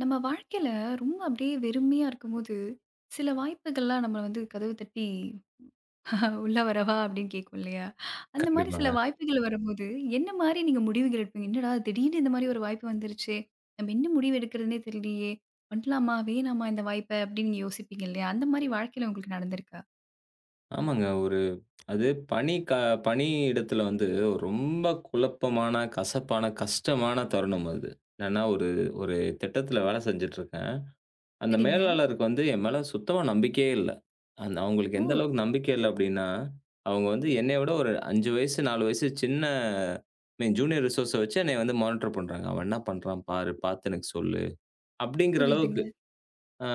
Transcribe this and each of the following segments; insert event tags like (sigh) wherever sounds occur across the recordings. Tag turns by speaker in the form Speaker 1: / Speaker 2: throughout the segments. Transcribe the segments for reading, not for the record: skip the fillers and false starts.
Speaker 1: நம்ம வாழ்க்கையில ரொம்ப அப்படியே வெறுமையா இருக்கும்போது, சில வாய்ப்புகள்லாம் நம்மள வந்து கதவு தட்டி (laughs) "உள்ள வரவா?" அப்படின்னு கேட்கும் இல்லையா? அந்த மாரி சில
Speaker 2: கண்டிப்பாங்க.
Speaker 1: வாய்ப்புகள் வரும்போது, என்ன மாரி நீங்க முடிவுகள் எடுப்பீங்க? "என்னடா திடீர்னு இந்த மாரி ஒரு வாய்ப்பு வந்துருச்சே! நம்ம என்ன முடிவு எடுக்கிறதுன்னே தெரியலையே! பண்ணலாமா? வேணாமா இந்த வாய்ப்ப?" அப்படின்னு நீங்க யோசிப்பீங்க இல்லையா? அந்த மாரி வாழ்க்கையில உங்களுக்கு நடந்திருக்கா?
Speaker 2: ஆமாங்க. ஒரு அது பணி க பணியிடத்துல வந்து ரொம்ப குழப்பமான, கசப்பான, கஷ்டமான தருணம் அது. என்னன்னா, ஒரு ஒரு திட்டத்துல வேலை செஞ்சுட்டுருக்கேன். அந்த
Speaker 1: சரிங்க.
Speaker 2: மேலாளருக்கு வந்து என் மேல சுத்தமா நம்பிக்கையே இல்ல. அவங்களுக்கு
Speaker 1: ஓ!
Speaker 2: எந்த அளவுக்கு நம்பிக்கை இல்ல அப்டின்னா, அவங்க வந்து என்னைய விட ஒரு 5 வயசு, 4 வயசு சின்ன ஐ மீன் ஜூனியர் ரிசோர்ஸ வச்சு என்னைய வந்து மானிட்டர் பண்றாங்க. "அவன் என்ன பண்றான் பாரு, பார்த்து எனக்கு சொல்லு" அப்டிங்கிற
Speaker 1: புரியுதுங்க.
Speaker 2: அளவுக்கு. அ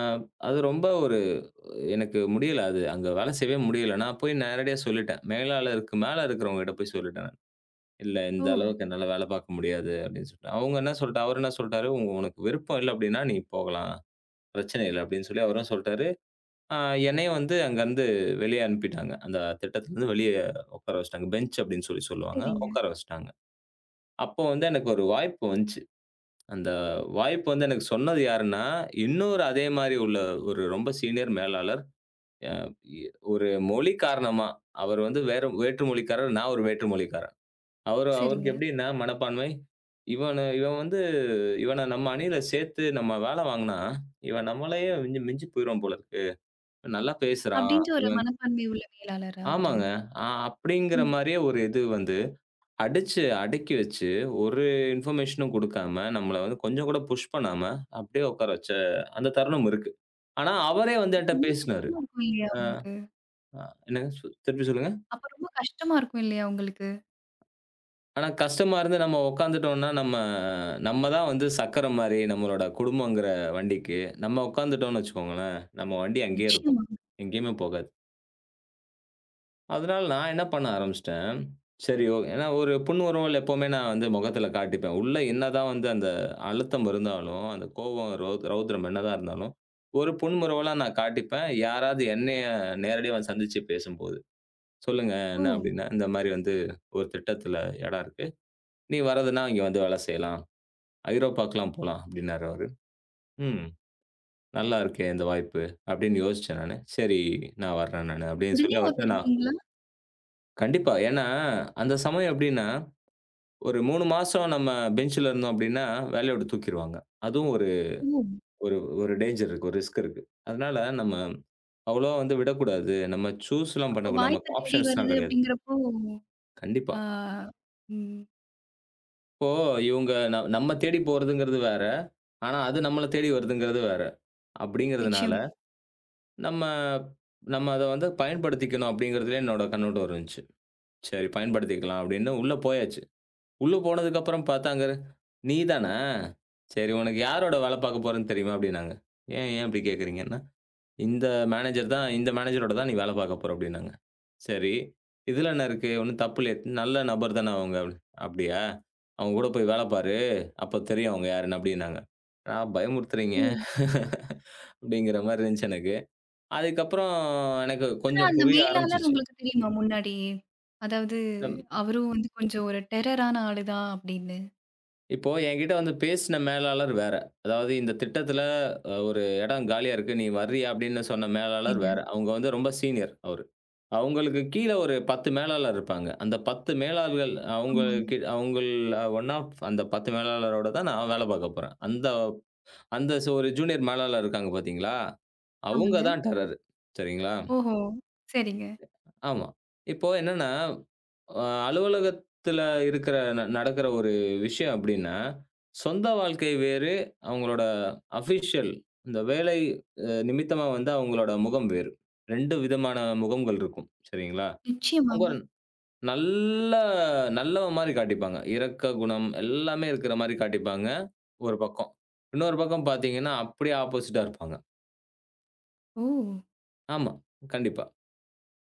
Speaker 2: அது ரொம்ப எனக்கு முடியல அது. அங்க வேல செய்யவே முடியல. நான் போய் நேரடியா சொல்லிட்டேன். மேலாளருக்கு மேல இருக்கிறவங்ககிட்ட போய் சொல்லிட்டேன் நான். "இல்ல
Speaker 1: ஓ!
Speaker 2: இந்த அளவுக்கு என்னால வேல பார்க்க முடியாது" அப்படின்னு சொல்லிட்டேன். அவங்க என்ன சொல்லிட்டா அவரு என்ன சொல்ட்டாரு, "உனக்கு விருப்பம் இல்ல அப்படின்னா நீ போகலாம். பிரச்சனை இல்ல" அப்படின்னு சொல்லி அவரும் சொல்ட்டாரு. அ என்னையும் வந்து அங்கருந்து வெளிய அனுப்பிட்டாங்க. அந்த திட்டத்துலருந்து வெளிய உட்கார வச்சுட்டாங்க. பெஞ்ச் அப்படின்னு சொல்லி சொல்லுவாங்க.
Speaker 1: சரிங்க,
Speaker 2: உட்கார வச்சுட்டாங்க. அப்போ வந்து எனக்கு ஒரு வாய்ப்பு வந்துச்சு. அந்த வாய்ப்பு வந்து எனக்கு சொன்னது யாருன்னா, இன்னொரு அதே மாரி உள்ள ஒரு ரொம்ப சீனியர் மேலாளர். அ இ ஒரு மொழி காரணமா, அவர் வந்து வேற வேற்று மொழிக்காரர், நான் ஒரு வேற்று மொழிக்காரன். அவரு அவருக்கு
Speaker 1: சரிங்க.
Speaker 2: எப்படின்னா மனப்பான்மை, இவன் வந்து இவன நம்ம அணியில சேர்த்து நம்ம வேலை வாங்குனா, இவன் நம்மளையே மிஞ்சி மிஞ்சி போயிருவான் போல இருக்கு. இவன் நல்லா பேசுறான்.
Speaker 1: அப்படின்ற ஒரு
Speaker 2: இவன்
Speaker 1: மனப்பான்மை உள்ள மேலாளரா அவரு?
Speaker 2: ஆமாங்க. அப்படிங்கிற
Speaker 1: ம்.
Speaker 2: மாரியே ஒரு இது வந்து அடிச்சு அடுக்கி வச்சு, ஒரு இன்ஃபர்மேஷனும் குடுக்காம, நம்மள வந்து கொஞ்சம் கூட புஷ் பண்ணாம, அப்படியே உட்கார வச்ச அந்த தருணம் இருக்கு. ஆனா, அவரே வந்து என்ட்ட
Speaker 1: ரொம்ப
Speaker 2: பேசினாரு.
Speaker 1: கஷ்டமா இருக்கும் இல்லையா
Speaker 2: அ
Speaker 1: உங்களுக்கு?
Speaker 2: அ என்னங்க திருப்பி சொல்லுங்க.
Speaker 1: அப்ப ரொம்ப கஷ்டமா இருக்கும் இல்லையா உங்களுக்கு?
Speaker 2: ஆனா கஷ்டமா இருந்து நம்ம உட்காந்துட்டோம்னா, நம்ம நம்ம தான் வந்து சக்கர மாரி நம்மளோட குடும்பங்கிற வண்டிக்கு. நம்ம உட்காந்துட்டோம்னு வச்சுக்கோங்களேன், நம்ம வண்டி அங்கேயே இருக்கும்.
Speaker 1: நிச்சயமா.
Speaker 2: எங்கேயுமே போகாது. அதனால நான் என்ன பண்ண ஆரம்பிச்சுட்டேன், சரி ஏன்னா ஒரு புன்முறுவல் எப்பவுமே நான் வந்து முகத்தில காட்டிப்பேன். உள்ள என்னதான் வந்து அந்த அழுத்தம் இருந்தாலும், அந்த கோவம் ரௌத்ரம் என்னதான் இருந்தாலும், ஒரு புன்முறுவலா நான் காட்டிப்பேன். யாராவது என்னைய நேரடியா வந்து சந்திச்சு பேசும்போது. சொல்லுங்க
Speaker 1: ஓ!
Speaker 2: என்ன அப்டின்னா, இந்த மாரி வந்து ஒரு திட்டத்தில இடம் இருக்கு. நீ வர்றதுன்னா இங்க வந்து வேலை செய்யலாம். ஐரோப்பாக்குலாம் போலாம் அப்டின்னாரு அவரு. ம். நல்லா இருக்கே இந்த வாய்ப்பு அப்டின்னு யோசிச்சேன் நானு. சரி நான் வர்றேன் நானு அப்டின்னு சொல்லி
Speaker 1: உடனே
Speaker 2: அவர்ட்ட நான்
Speaker 1: ஒத்துக்கிட்டீங்களா?
Speaker 2: கண்டிப்பா. ஏன்னா, அந்த சமயம் எப்டின்னா, ஒரு 3 மாசம் நம்ம பெஞ்ச்ல இருந்தோம் அப்டின்னா, வேலைய விட்டு தூக்கிருவாங்க. அதுவும் ஒரு
Speaker 1: ஓ!
Speaker 2: ஒரு ஒரு டேஞ்சர் இருக்கு. ஒரு ரிஸ்க் இருக்கு. அதனால நம்ம அவ்வளவா வந்து விடக்கூடாது. நம்ம சூஸ்லாம்
Speaker 1: அப்போ
Speaker 2: பண்ணக்கூடாது.
Speaker 1: வாய்ப்பு
Speaker 2: நமக்கு
Speaker 1: தேடி
Speaker 2: ஆப்ஷன்ஸ்லாம்
Speaker 1: வருது
Speaker 2: கெடையாது.
Speaker 1: அப்படிங்கிறப்போ,
Speaker 2: கண்டிப்பா.
Speaker 1: ஆ, ம்.
Speaker 2: இப்போ இவங்க ந நம்ம தேடி போறதுங்கிறது வேற. ஆனா, அது நம்மள தேடி வருதுங்கிறது வேற. அப்டிங்கிறதுனால
Speaker 1: நிச்சயமா.
Speaker 2: நம்ம நம்ம அத வந்து பயன்படுத்திக்கணும் அப்படிங்கிறதுலயே என்னோட கண்ணோட்டம் இருந்துச்சு. சரி பயன்படுத்திக்கலாம் அப்படின்னு உள்ள போயாச்சு. உள்ள போனதுக்கப்புறம் பார்த்தாங்க, "நீ தானா? சரி உனக்கு யாரோட வேலை பார்க்க போறேன்னு தெரியுமா?" அப்படின்னாங்க. "ஏன் ஏன் இப்படி கேட்கிறீங்கன்னா?" "இந்த இந்த மேனேஜரோட தான் நீ வேலை பார்க்க போற" அப்படின்னாங்க. "சரி, இதுல என்ன இருக்கு? ஒண்ணும் தப்பு இல்லையே. நல்ல நபர் தானே அவங்க." அப்படி "அப்படியா? அவங்க கூட போய் வேலை பாரு. அப்ப தெரியும் அவங்க யாருன்னு." அப்படின்னாங்க. "என்னடா பயமுறுத்துறீங்க?"
Speaker 1: ஓ!
Speaker 2: (laughs) அப்படிங்கிற மாரி இருந்துச்சு எனக்கு. அதுக்கப்புறம் எனக்கு
Speaker 1: ஆனா
Speaker 2: கொஞ்சம்
Speaker 1: அந்த
Speaker 2: புரிய
Speaker 1: மேலாளர்
Speaker 2: ஆரம்பிச்சுச்சு.
Speaker 1: உங்களுக்கு தெரியுமா முன்னாடியே? அதாவது
Speaker 2: ம்.
Speaker 1: அவரும் வந்து கொஞ்சம் ஒரு டெரரான ஆளுதான் அப்படின்னு.
Speaker 2: இப்போ என்கிட்ட வந்து பேசின மேலாளர் வேற. அதாவது இந்த திட்டத்தில ஒரு இடம் காலியா இருக்கு. நீ வர்றியா? அப்படின்னு சொன்ன மேலாளர்
Speaker 1: சரிங்க.
Speaker 2: வேற. அவங்க வந்து ரொம்ப சீனியர் அவரு. அவங்களுக்கு கீழ ஒரு 10 மேலாளர் இருப்பாங்க. அந்த 10 மேலாளர்கள்
Speaker 1: ஆமாங்க.
Speaker 2: அவங்களுக்கு அவங்கள் ஒன் ஆஃப் அந்த 10 மேலாளரோட தான் நான் வேலை பார்க்க போறேன். அந்த அந்த ச- ஒரு ஜூனியர் மேலாளர் இருக்காங்க பார்த்தீங்களா? அவங்க
Speaker 1: ஆமாங்க.
Speaker 2: தான் டெரரு. சரிங்களா?
Speaker 1: ஓஹோ! சரிங்க.
Speaker 2: ஆமா. இப்போ என்னன்னா அ அலுவலகத்துல இருக்கிற ந நடக்கிற ஒரு விஷயம் அப்டின்னா, சொந்த வாழ்க்கை வேறு, அவங்களோட அஃபிஷியல் இந்த வேலை நிமித்தமா வந்து அவங்களோட முகம் வேறு. 2 விதமான முகங்கள் இருக்கும். சரிங்களா? அவங்க
Speaker 1: நிச்சயமாங்க.
Speaker 2: ஒரு நல்ல நல்லவன் மாரி காட்டிப்பாங்க. இரக்க குணம் எல்லாமே இருக்கிற மாரி காட்டிப்பாங்க, ஒரு பக்கம். இன்னொரு பக்கம் பார்த்தீங்கன்னா, அப்படியே ஆப்போசிட்டா இருப்பாங்க.
Speaker 1: ஓ!
Speaker 2: ஆமா, கண்டிப்பா.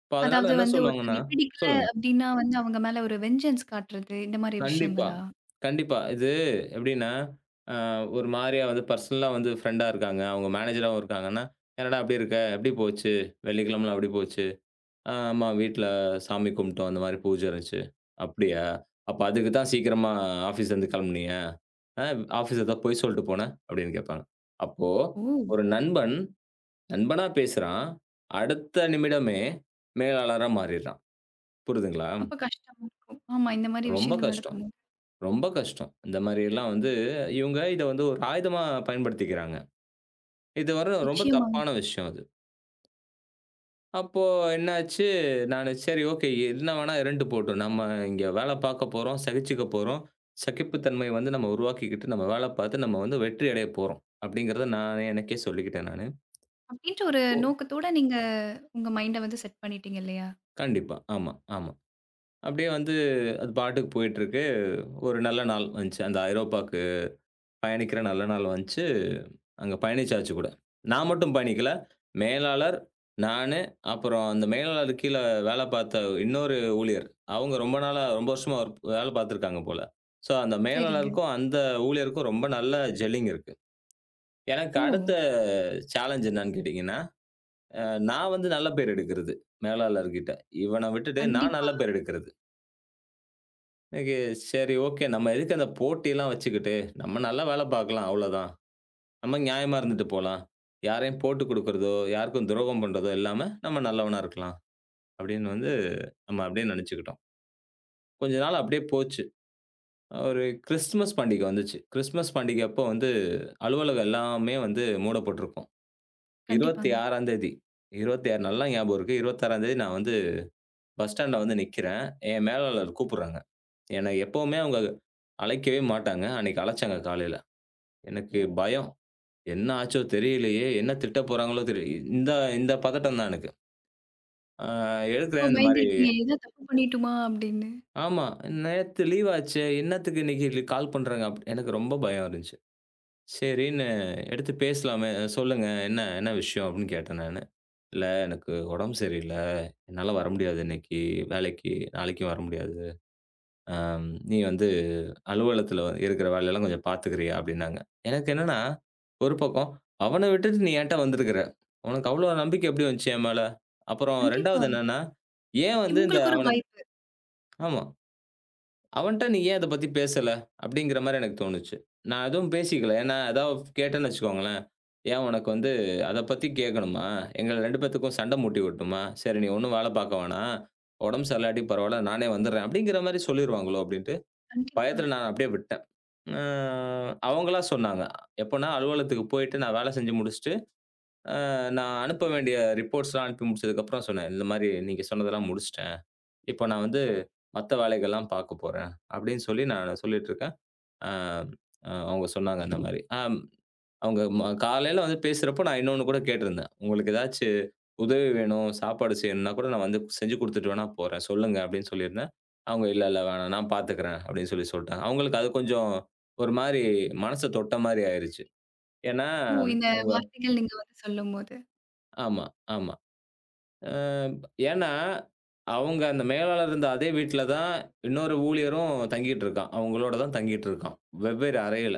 Speaker 2: இப்ப அதனால
Speaker 1: அதாவது
Speaker 2: என்ன
Speaker 1: வந்து
Speaker 2: சொல்லுவாங்கன்னா
Speaker 1: ஒருத்தங்கள பிடிக்கல
Speaker 2: சொல்லுங்க.
Speaker 1: அப்படின்னா வந்து அவங்க மேல ஒரு வெஞ்சன்ஸ் காட்டுறது இந்த மாரி
Speaker 2: கண்டிப்பா,
Speaker 1: விஷயங்களா?
Speaker 2: கண்டிப்பா. இது எப்படின்னா, அ ஒரு மாரியா வந்து பர்சனலா வந்து ஃப்ரெண்டா இருக்காங்க. அவங்க மேனேஜராவும் இருக்காங்கன்னா, "என்னடா இப்படி இருக்க? எப்படி போச்சு? வெள்ளிக்கிழமைலாம் எப்படி போச்சு?" ஆமா வீட்ல சாமி கும்பிட்டோம். அந்த மாரி பூஜை இருந்துச்சு." "அப்படியா? அப்ப அதுக்கு தான் சீக்கிரமா ஆஃபீஸ்லேருந்து கிளம்புனியா? ஆ ஆஃபீஸ்ல ஏதாவது பொய் சொல்லிட்டு போன?" அப்படின்னு கேட்பாங்க. அப்போ
Speaker 1: ஓ!
Speaker 2: ஒரு நண்பன், நண்பனா பேசுறான். அடுத்த நிமிடமே மேலாளரா மாறிடுறான். புரியுதுங்களா?
Speaker 1: அப்ப கஷ்டமா இருக்கும். ஆமா இந்த மாரி
Speaker 2: ரொம்ப
Speaker 1: விஷயங்கள்
Speaker 2: கஷ்டம்.
Speaker 1: நடக்கும்போது.
Speaker 2: ரொம்ப கஷ்டம். இந்த மாரி எல்லாம் வந்து இவங்க இத வந்து ஒரு ஆயுதமா பயன்படுத்திக்கிறாங்க. இது வர ரொம்ப
Speaker 1: நிச்சயமா.
Speaker 2: தப்பான விஷயம் அது. அப்போ என்னாச்சு, நானு சரி ஓகே என்ன வேணா இருண்டு போட்டும். நம்ம இங்க வேல பாக்க போறோம், சகிச்சுக்க போறோம். சகிப்புத்தன்மை வந்து நம்ம உருவாக்கிக்கிட்டு நம்ம வேல பாத்து நம்ம வந்து வெற்றி அடைய போறோம். அப்படிங்கிறத நானே எனக்கே சொல்லிக்கிட்டேன் நானு.
Speaker 1: அப்படின்ற ஒரு
Speaker 2: ஓ
Speaker 1: நோக்கத்தோட நீங்க உங்க மைண்ட வந்து செட் பண்ணிட்டீங்க இல்லையா?
Speaker 2: கண்டிப்பா. ஆமா, ஆமா. அப்படியே வந்து அது பாட்டுக்கு போயிட்டுருக்கு. ஒரு நல்ல நாள் வந்துச்சு. அந்த ஐரோப்பாக்கு பயணிக்கிற நல்ல நாள் வந்துச்சு. அங்க பயணிச்சாச்சு கூட. நான் மட்டும் பயணிக்கல. மேலாளர், நானு, அப்புறம் அந்த மேலாளருக்கு கீழ வேல பார்த்த இன்னொரு ஊழியர். அவங்க ரொம்ப நாளா ரொம்ப வருஷமா ஒர்க் வேல பார்த்துருக்காங்க போல. ஸோ அந்த
Speaker 1: சரிங்க.
Speaker 2: மேலாளருக்கும், அந்த ஊழியருக்கும் ரொம்ப நல்ல ஜெல்லிங் இருக்கு. எனக்கு
Speaker 1: ஓ!
Speaker 2: அடுத்த சேலஞ்ச் என்னன்னு கேட்டீங்கன்னா, நான் வந்து நல்ல பேர் எடுக்கிறது, மேலாளர்கிட்ட. இவன விட்டுட்டு நான்
Speaker 1: கண்டிப்பா,
Speaker 2: நல்ல பேர் எடுக்கிறது. எனக்கு சரி ஓகே. நம்ம எதுக்கு அந்த போட்டிலாம் வச்சுக்கிட்டு, நம்ம நல்லா வேல பார்க்கலாம் அவ்வளோதான். நம்ம நியாயமா இருந்துட்டு போலாம். யாரையும் போட்டு குடுக்குறதோ, யாருக்கும் துரோகம் பண்றதோ இல்லாம, நம்ம நல்லவனா இருக்கலாம். அப்படின்னு வந்து நம்ம அப்படியே நெனச்சுக்கிட்டோம். கொஞ்ச நாள் அப்படியே போச்சு. ஒரு கிறிஸ்துமஸ் பண்டிகை வந்துச்சு. கிறிஸ்துமஸ் பண்டிகை அப்போ வந்து அலுவலகம் எல்லாமே வந்து மூடப்பட்டிருக்கும்.
Speaker 1: கண்டிப்பாங்க.
Speaker 2: 26ஆம் தேதி 26 நல்லா ஞாபகம் இருக்கு. 26ஆம் தேதி நான் வந்து பஸ் ஸ்டாண்ட்ல வந்து நிக்கிறேன். என் மேலாளர் கூப்புடுறாங்க. என்னை எப்பவுமே அவங்க அழைக்கவே மாட்டாங்க. அன்னைக்கு அழைச்சாங்க காலையில. எனக்கு பயம். என்ன ஆச்சோ தெரியலையே! என்ன திட்ட போறாங்களோ தெரியல. இந்த இந்த பதட்டம் தான் எனக்கு. அ
Speaker 1: அப்போ
Speaker 2: எடுக்குறேன் இந்த மாரி
Speaker 1: பயந்திருப்பீங்க, "ஏதா தப்பு பண்ணிட்டோமா?" அப்படின்னு.
Speaker 2: ஆமா. நேத்து லீவ் ஆச்சே! என்னத்துக்கு இன்னைக்கு கால் பண்றாங்க? எனக்கு ரொம்ப பயம் இருந்துச்சு. சரின்னு எடுத்து பேசலாமே! சொல்லுங்க என்ன என்ன விஷயம்? அப்படின்னு கேட்டேன் நானு. இல்ல எனக்கு உடம்பு சரியில்ல. என்னால வர முடியாது இன்னைக்கு வேலைக்கு. நாளைக்கும் வர முடியாது. அ நீ வந்து அலுவலகத்துல இருக்கிற வேலையெல்லாம் கொஞ்சம் பார்த்துக்கிறியா? அப்டின்னாங்க. எனக்கு என்னன்னா, ஒரு பக்கம் அவன விட்டுட்டு நீ ஏன்ட்ட வந்திருக்கிற? உனக்கு அவ்ளோ நம்பிக்கை எப்டி வந்துச்சு என் மேல? அப்புறம் 2வது
Speaker 1: கண்டிப்பா.
Speaker 2: என்னன்னா, ஏன் வந்து இந்த
Speaker 1: இவங்களுக்கு ஒரு
Speaker 2: அவனுக்கு
Speaker 1: வாய்ப்பு.
Speaker 2: ஆமா. அவன்ட்ட நீ ஏன் இத பத்தி பேசல? அப்டிங்கிற மாரி எனக்கு தோணுச்சு. நான் எதுவும் பேசிக்கல. ஏன்னா ஏதாவது கேட்டேன்னு வச்சுக்கோங்களேன், ஏன் உனக்கு வந்து அத பத்தி கேட்கணுமா? எங்கள 2 பேத்துக்கும் சண்ட மூட்டி விடணுமா? சரி நீ ஒண்ணும் வேல பார்க்க வேணாம். உடம்பு சரியில்லாட்டி பரவால்ல. நானே வந்துர்றேன். அப்டிங்கிற மாரி சொல்லிருவாங்களோ அப்டின்ட்டு
Speaker 1: கண்டிப்பா.
Speaker 2: பயத்துல நான் அப்டியே விட்டேன். அ அவங்களா சொன்னாங்க. எப்பன்னா அலுவலகத்துக்கு போயிட்டு நான் வேலை செஞ்சு முடிச்சுட்டு, அ நான் அனுப்ப வேண்டிய ரிப்போர்ட்ஸ்லாம் அனுப்பி முடிச்சதுக்கப்புறம் சொன்னேன். இந்த மாரி நீங்க சொன்னதெல்லாம் முடிச்சுட்டேன். இப்போ நான் வந்து மத்த வேலைகள்லாம் பார்க்க போறேன். அப்டின்னு சொல்லி நான் சொல்லிட்டுருக்கேன். அ அ அவங்க சொன்னாங்க இந்த மாரி. அவங்க காலையில வந்து பேசுறப்போ நான் இன்னொன்னு கூட கேட்டிருந்தேன். உங்களுக்கு ஏதாச்சும் உதவி வேணும், சாப்பாடு செய்யணும்னா கூட நான் வந்து செஞ்சு குடுத்துட்டு வேணா போறேன். சொல்லுங்க அப்படின்னு சொல்லியிருந்தேன். அவங்க இல்ல, இல்ல வேணாம். நான் பார்த்துக்கிறேன் அப்படின்னு சொல்லி சொல்லிட்டாங்க. அவங்களுக்கு அது கொஞ்சம் ஒரு மாரி மனச தொட்ட மாரி ஆயிருச்சு. ஏன்னா
Speaker 1: ஓ! இந்த
Speaker 2: அவங்க
Speaker 1: வார்த்தைகள் நீங்க வந்து சொல்லும்போது.
Speaker 2: ஆமா, ஆமா. அ ஏன்னா அவங்க அந்த மேலாளர் இருந்த அதே வீட்ல தான் இன்னொரு ஊழியரும் தங்கிட்டு இருக்கான். அவங்களோட தான் தங்கிட்டு இருக்கான். வெவ்வேறு அறையில.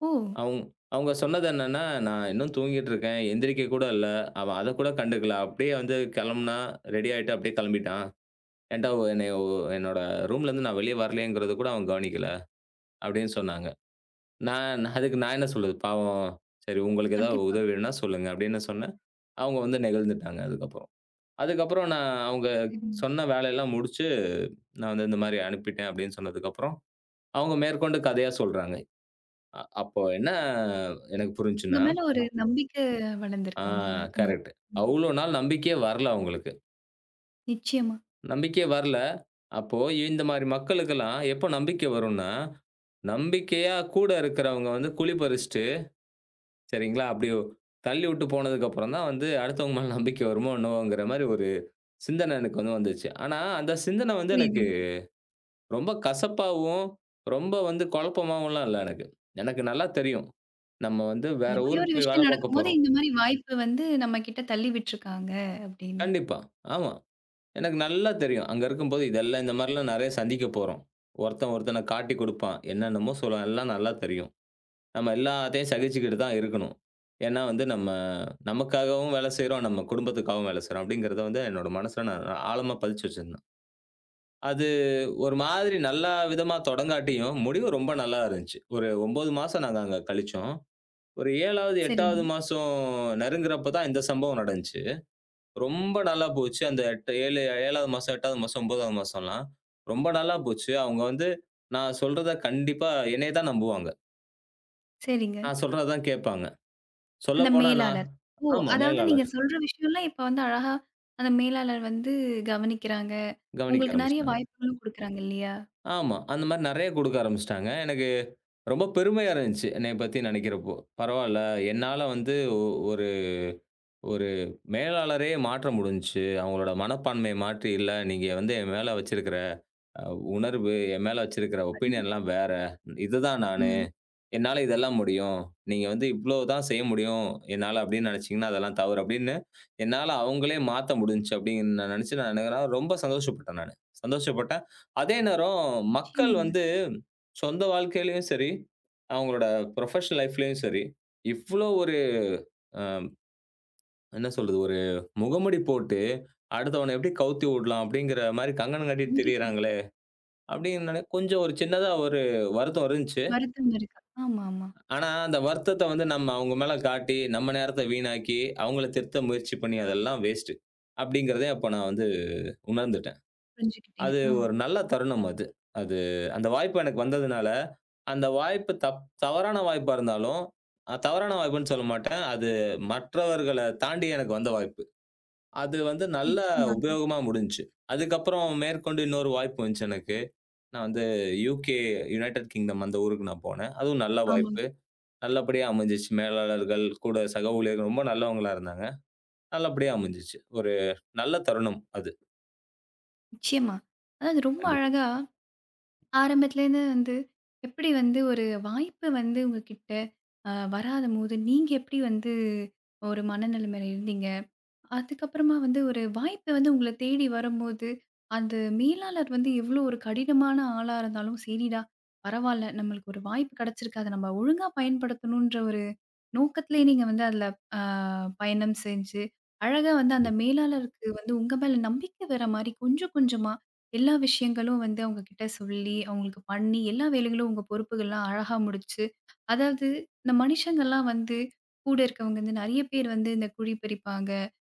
Speaker 1: ஓ!
Speaker 2: அவங் அவங்க சொன்னது என்னன்னா, "நான் இன்னும் தூங்கிட்டு இருக்கேன். எந்திரிக்க கூட இல்ல. அவன் அத கூட கண்டுக்கல. அப்படியே வந்து கிளம்புனா, ரெடி ஆயிட்டு அப்படியே கிளம்பிட்டான். ஏன்டா என்னைய என்னோட ரூம்லேருந்து நான் வெளிய வரலையேங்கிறத கூட அவன் கவனிக்கல. அப்படின்னு சொன்னாங்க. நான் நான் அதுக்கு நான் என்ன சொல்றது? பாவம் சரி உங்களுக்கு ஏதாவது
Speaker 1: கண்டிப்பா.
Speaker 2: உதவி வேணும்னா சொல்லுங்க அப்படின்னு சொன்னேன். அவங்க வந்து நெகிழ்ந்துட்டாங்க அதுக்கப்புறம். அதுக்கப்புறம் நான் அவங்க
Speaker 1: சரிங்க.
Speaker 2: சொன்ன வேலையெல்லாம் முடிச்சு, நான் வந்து இந்த மாரி அனுப்பிட்டேன் அப்படின்னு சொன்னதுக்கப்புறம், அவங்க மேற்கொண்டு கதையா சொல்றாங்க. அப்போ என்ன எனக்கு
Speaker 1: உங்க
Speaker 2: புரிஞ்சுச்சுன்னா,
Speaker 1: மேல ஒரு நம்பிக்கை
Speaker 2: ஆ
Speaker 1: வளர்ந்திருக்கு. உங்க மேல உங்க
Speaker 2: கரெக்ட்.
Speaker 1: ம்.
Speaker 2: அவ்ளோ நாள் நம்பிக்கையே வரல அவங்களுக்கு.
Speaker 1: நிச்சயமா.
Speaker 2: நம்பிக்கையே வரல. அப்போ இந்த மாரி மக்களுக்கெல்லாம் எப்போ நம்பிக்கை வரும்னா, நம்பிக்கையா கூட இருக்கிறவங்க வந்து குழி பறிச்சுட்டு, சரிங்களா? அப்படி தள்ளி விட்டு போனதுக்கப்புறம் தான் வந்து அடுத்தவங்க மேல நம்பிக்கை வருமோ என்னவோங்கிற மாரி ஒரு சிந்தனை எனக்கு வந்து வந்துச்சு. ஆனா அந்த சிந்தனை வந்து எனக்கு
Speaker 1: புரியுதுங்க.
Speaker 2: ரொம்ப கசப்பாவும், ரொம்ப வந்து குழப்பமாவும்லாம் இல்ல எனக்கு. எனக்கு நல்லா தெரியும். நம்ம வந்து வேற
Speaker 1: இந்த மாரி
Speaker 2: ஊருக்கு
Speaker 1: ஒரு
Speaker 2: போய் வேலை
Speaker 1: விஷயம்
Speaker 2: பார்க்க
Speaker 1: நடக்கும்போது,
Speaker 2: போறோம்.
Speaker 1: இந்த மாரி வாய்ப்பு வந்து நம்ம கிட்ட தள்ளி விட்டுருக்காங்க அப்படின்னு.
Speaker 2: கண்டிப்பா. ஆமா. எனக்கு நல்லா தெரியும். அங்க இருக்கும்போது இதெல்லாம் இந்த மாரிலாம் நெறைய சந்திக்க போறோம். ஒருத்தன் ஒருத்தன காட்டிக் குடுப்பான். என்னென்னமோ சொல்லுவான். எல்லாம் நல்லா தெரியும். நம்ம எல்லாத்தையும் சகிச்சுக்கிட்டு தான் இருக்கணும். ஏன்னா வந்து நம்ம நமக்காகவும் வேலை செய்றோம். நம்ம குடும்பத்துக்காகவும் வேலை செய்றோம். அப்படிங்கிறத வந்து என்னோட மனசுல நான் ஆழமா பதிச்சு வச்சிருந்தேன். அது ஒரு மாதிரி நல்லா விதமா தொடங்காட்டியும், முடிவு ரொம்ப நல்லா இருந்துச்சு. ஒரு 9 மாசம் நாங்க அங்க கழிச்சோம். ஒரு 7வது,
Speaker 1: சரிங்க,
Speaker 2: 8வது மாசம் நெருங்குறப்ப தான் இந்த சம்பவம் நடந்துச்சு. ரொம்ப நல்லா போச்சு. அந்த 7 7வது மாசம், 8வது மாசம், 9வது மாசம்லாம். ரொம்ப நல்லா போச்சு. அவங்க வந்து நான் சொல்றத கண்டிப்பா என்னைய தான் நம்புவாங்க.
Speaker 1: சரிங்க.
Speaker 2: நான் சொல்றத தான் கேட்பாங்க.
Speaker 1: அந்த
Speaker 2: சொல்லப்போனா நான்
Speaker 1: மேலாளர்.
Speaker 2: ஆமா
Speaker 1: அதாவது நீங்க
Speaker 2: மேலாளர்.
Speaker 1: சொல்ற விஷயம்லாம் இப்ப வந்து அழகா அந்த மேலாளர் வந்து கவனிக்கிறாங்க.
Speaker 2: கவனிக்க
Speaker 1: உங்களுக்கு நெறைய
Speaker 2: ஆரம்பிச்சுட்டாங்க.
Speaker 1: வாய்ப்புகளும் குடுக்குறாங்க இல்லையா?
Speaker 2: ஆமா. அந்த மாரி நெறைய குடுக்க ஆரம்பிச்சுட்டாங்க. எனக்கு ரொம்ப பெருமையா இருந்துச்சு. என்னைய பத்தி நெனைக்கிறப்போ. பரவால்ல. என்னால வந்து ஒ ஒரு ஒரு மேலாளரையே மாற்ற முடிஞ்சுச்சு. அவங்களோட மனப்பான்மைய மாற்றி, இல்ல நீங்க வந்து என் மேல வச்சிருக்கிற அ உணர்வு, என் மேல வச்சிருக்கிற
Speaker 1: கண்டிப்பா.
Speaker 2: ஒப்பீனியன்லாம் வேற. இதுதான் நானு.
Speaker 1: ம்.
Speaker 2: என்னால இதெல்லாம் முடியும். நீங்க வந்து இவ்ளோ தான் செய்ய முடியும் என்னால அப்படின்னு நினைச்சீங்கன்னா, அதெல்லாம் தவறு அப்படின்னு, என்னால அவங்களே மாத்த முடிஞ்சுச்சு அப்படின்னு நான் நினைச்சு நான் எனக்கு ரொம்ப சந்தோஷப்பட்டேன் நானு. சந்தோஷப்பட்டேன். அதே நேரம் மக்கள்
Speaker 1: நிச்சயமாங்க.
Speaker 2: வந்து சொந்த வாழ்க்கையிலயும் சரி, அவங்களோட ப்ரொஃபஷனல் லைஃப்லயும் சரி, இவ்ளோ ஒரு அ என்ன சொல்றது? ஒரு முகமூடி போட்டு அடுத்தவன எப்படி கவுத்தி விடலாம் அப்படிங்கிற மாரி கங்கணம் கட்டிட்டு
Speaker 1: கண்டிப்பா.
Speaker 2: திரியிறாங்களே! அப்டின்னு கொஞ்சம் ஒரு சின்னதா ஒரு வருத்தம் இருந்துச்சு.
Speaker 1: வருத்தம் இருக்கு. ஆமா, ஆமா.
Speaker 2: ஆனா, அந்த வருத்தத்த வந்து நம்ம அவங்க மேல காட்டி, நம்ம நேரத்த வீணாக்கி, அவங்கள திருத்த முயற்சி பண்ணி அதெல்லாம் வேஸ்ட்டு. அப்டிங்கிறத அப்ப நான் வந்து உணர்ந்துட்டேன்.
Speaker 1: புரிஞ்சுக்கிட்டீங்க.
Speaker 2: அது
Speaker 1: ஆ.
Speaker 2: ஒரு நல்ல தருணம் அது. அது அந்த வாய்ப்பு எனக்கு வந்ததுனால, அந்த வாய்ப்பு தவறான வாய்ப்பா இருந்தாலும், தவறான வாய்ப்புன்னு சொல்ல மாட்டேன். அது மற்றவர்கள தாண்டி எனக்கு வந்த வாய்ப்பு. அது வந்து நல்ல
Speaker 1: நிச்சயமாங்க.
Speaker 2: உபயோகமா முடிஞ்சுச்சு. அதுக்கப்புறம் மேற்கொண்டு இன்னொரு வாய்ப்பு வந்துச்சு எனக்கு. நான் வந்து யுகே, யுனைட்டட் கிங்டம் அந்த ஊருக்கு நான் போனேன். அதுவும் நல்ல
Speaker 1: ஆமாங்க.
Speaker 2: வாய்ப்பு. நல்லபடியா அமைஞ்சுச்சு. மேலாளர்கள், கூட சக ஊழியர்கள் ரொம்ப நல்லவங்களா இருந்தாங்க. நல்லபடியா அமைஞ்சுச்சு. ஒரு நல்ல தருணம் அது.
Speaker 1: நிச்சயமா. அதாவது ரொம்ப
Speaker 2: கண்டிப்பா,
Speaker 1: அழகா ஆரம்பத்துலேருந்து வந்து எப்படி வந்து ஒரு வாய்ப்பு வந்து உங்ககிட்ட வராதபோது நீங்க எப்படி வந்து ஒரு மனநிலைமையில இருந்தீங்க? அதுக்கப்புறமா வந்து ஒரு வாய்ப்பு வந்து உங்கள தேடி வரும்போது, அந்த மேலாளர் வந்து எவ்ளோ ஒரு கடினமான ஆளா இருந்தாலும், "சரிடா, பரவால்ல. நம்மளுக்கு ஒரு வாய்ப்பு கிடைச்சிருக்கு. அத நம்ம ஒழுங்கா பயன்படுத்தணுன்ற" ஒரு நோக்கத்திலே நீங்க வந்து அதுல அ பயணம் செஞ்சு, அழகா வந்து அந்த
Speaker 2: கண்டிப்பா.
Speaker 1: மேலாளருக்கு வந்து உங்க மேல நம்பிக்கை வர மாரி கொஞ்சம் கொஞ்சமா எல்லா விஷயங்களும் வந்து அவங்க கிட்ட சொல்லி, அவங்களுக்கு பண்ணி, எல்லா வேலைகளும் உங்க பொறுப்புகள்லாம் அழகா முடிச்சு அதாவது இந்த மனுஷங்கள்லாம் வந்து கூட இருக்கவங்க வந்து நெறைய பேர் வந்து இந்த குழி பறிப்பாங்க.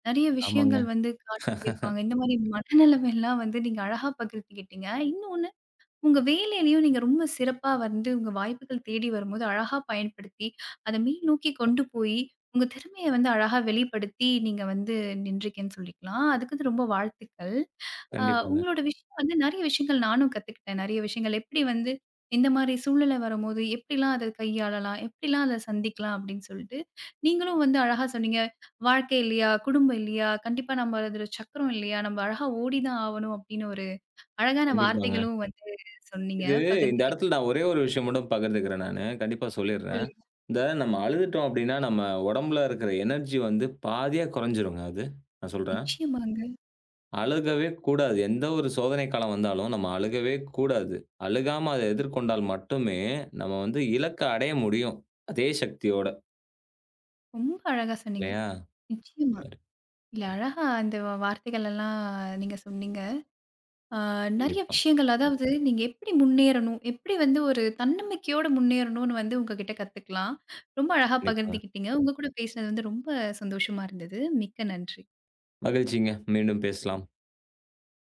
Speaker 1: நெறைய
Speaker 2: ஆமாங்க.
Speaker 1: விஷயங்கள் வந்து காட்டி குடிப்பாங்க. இந்த மாரி மனநிலைமைலாம் வந்து நீங்க அழகா பகிர்ந்துக்கிட்டீங்க. இன்னும் உங்க வேலையிலயும் நீங்க ரொம்ப சிறப்பா வந்து உங்க வாய்ப்புகள் தேடி வரும்போது அழகா பயன்படுத்தி, அத மேல்நோக்கி கொண்டு போயி, உங்க திறமைய வந்து அழகா வெளிப்படுத்தி நீங்க வந்து நின்றிருக்கேன்னு சொல்லிக்கலாம். அதுக்கு வந்து ரொம்ப வாழ்த்துக்கள். அ
Speaker 2: கண்டிப்பாங்க,
Speaker 1: உங்களோட விஷயம் வந்து நெறைய விஷயங்கள் நானும் கத்துக்கிட்டேன். நெறைய விஷயங்கள் எப்படி வந்து இந்த மாரி சூழ்நிலை வரும்போது எப்படிலாம் அத கையாளலாம்? எப்படிலாம் அத சந்திக்கலாம்? அப்படின்னு சொல்லிட்டு, நீங்களும் வந்து அழகா சொன்னீங்க. "வாழ்க்கை இல்லையா? குடும்பம் இல்லையா? கண்டிப்பா நம்ம அதில சக்கரம் இல்லையா? நம்ம அழகா ஓடி தான் ஆவணும்" அப்படின்னு ஒரு அழகான
Speaker 2: கண்டிப்பாங்க.
Speaker 1: வார்த்தைகளும் வந்து சொன்னீங்க.
Speaker 2: இது இந்த
Speaker 1: பகிர்ந்துக்கிட்டீங்க.
Speaker 2: இடத்துல நான் ஒரே ஒரு விஷயம் மட்டும் பகிர்ந்துக்கிறேன் நானு. கண்டிப்பா சொல்லிர்றேன்.
Speaker 1: சொல்லுங்க.
Speaker 2: இந்த நம்ம அழுதுட்டோம் அப்டின்னா, நம்ம உடம்புல இருக்கிற எனர்ஜி வந்து பாதியா குறைஞ்சிருங்க அது. நான் சொல்றேன்.
Speaker 1: நிச்சயமாங்க.
Speaker 2: அழுகவே கூடாது. எந்த ஒரு சோதனை காலம் வந்தாலும் நம்ம அழுகவே கூடாது. அழுகாம அத எதிர்கொண்டால் மட்டுமே, நம்ம வந்து இலக்க அடைய முடியும். அதே சக்தியோட.
Speaker 1: ரொம்ப அழகா சொன்னீங்க.
Speaker 2: இல்லையா?
Speaker 1: நிச்சயமா. இல்ல அழகா இந்த வார்த்தைகள் எல்லாம் நீங்க சொன்னீங்க. ஆ நெறைய
Speaker 2: கண்டிப்பா,
Speaker 1: விஷயங்கள் அதாவது நீங்க எப்படி முன்னேறணும்? எப்படி வந்து ஒரு தன்னம்பிக்கையோட முன்னேறணும்னு வந்து உங்ககிட்ட கத்துக்கலாம். ரொம்ப அழகா
Speaker 2: கண்டிப்பாங்க.
Speaker 1: பகிர்ந்துக்கிட்டீங்க. உங்க கூட பேசினது வந்து ரொம்ப சந்தோஷமா இருந்தது. மிக்க நன்றி.
Speaker 2: மகிழ்ச்சிங்க. மீண்டும் பேசலாம்.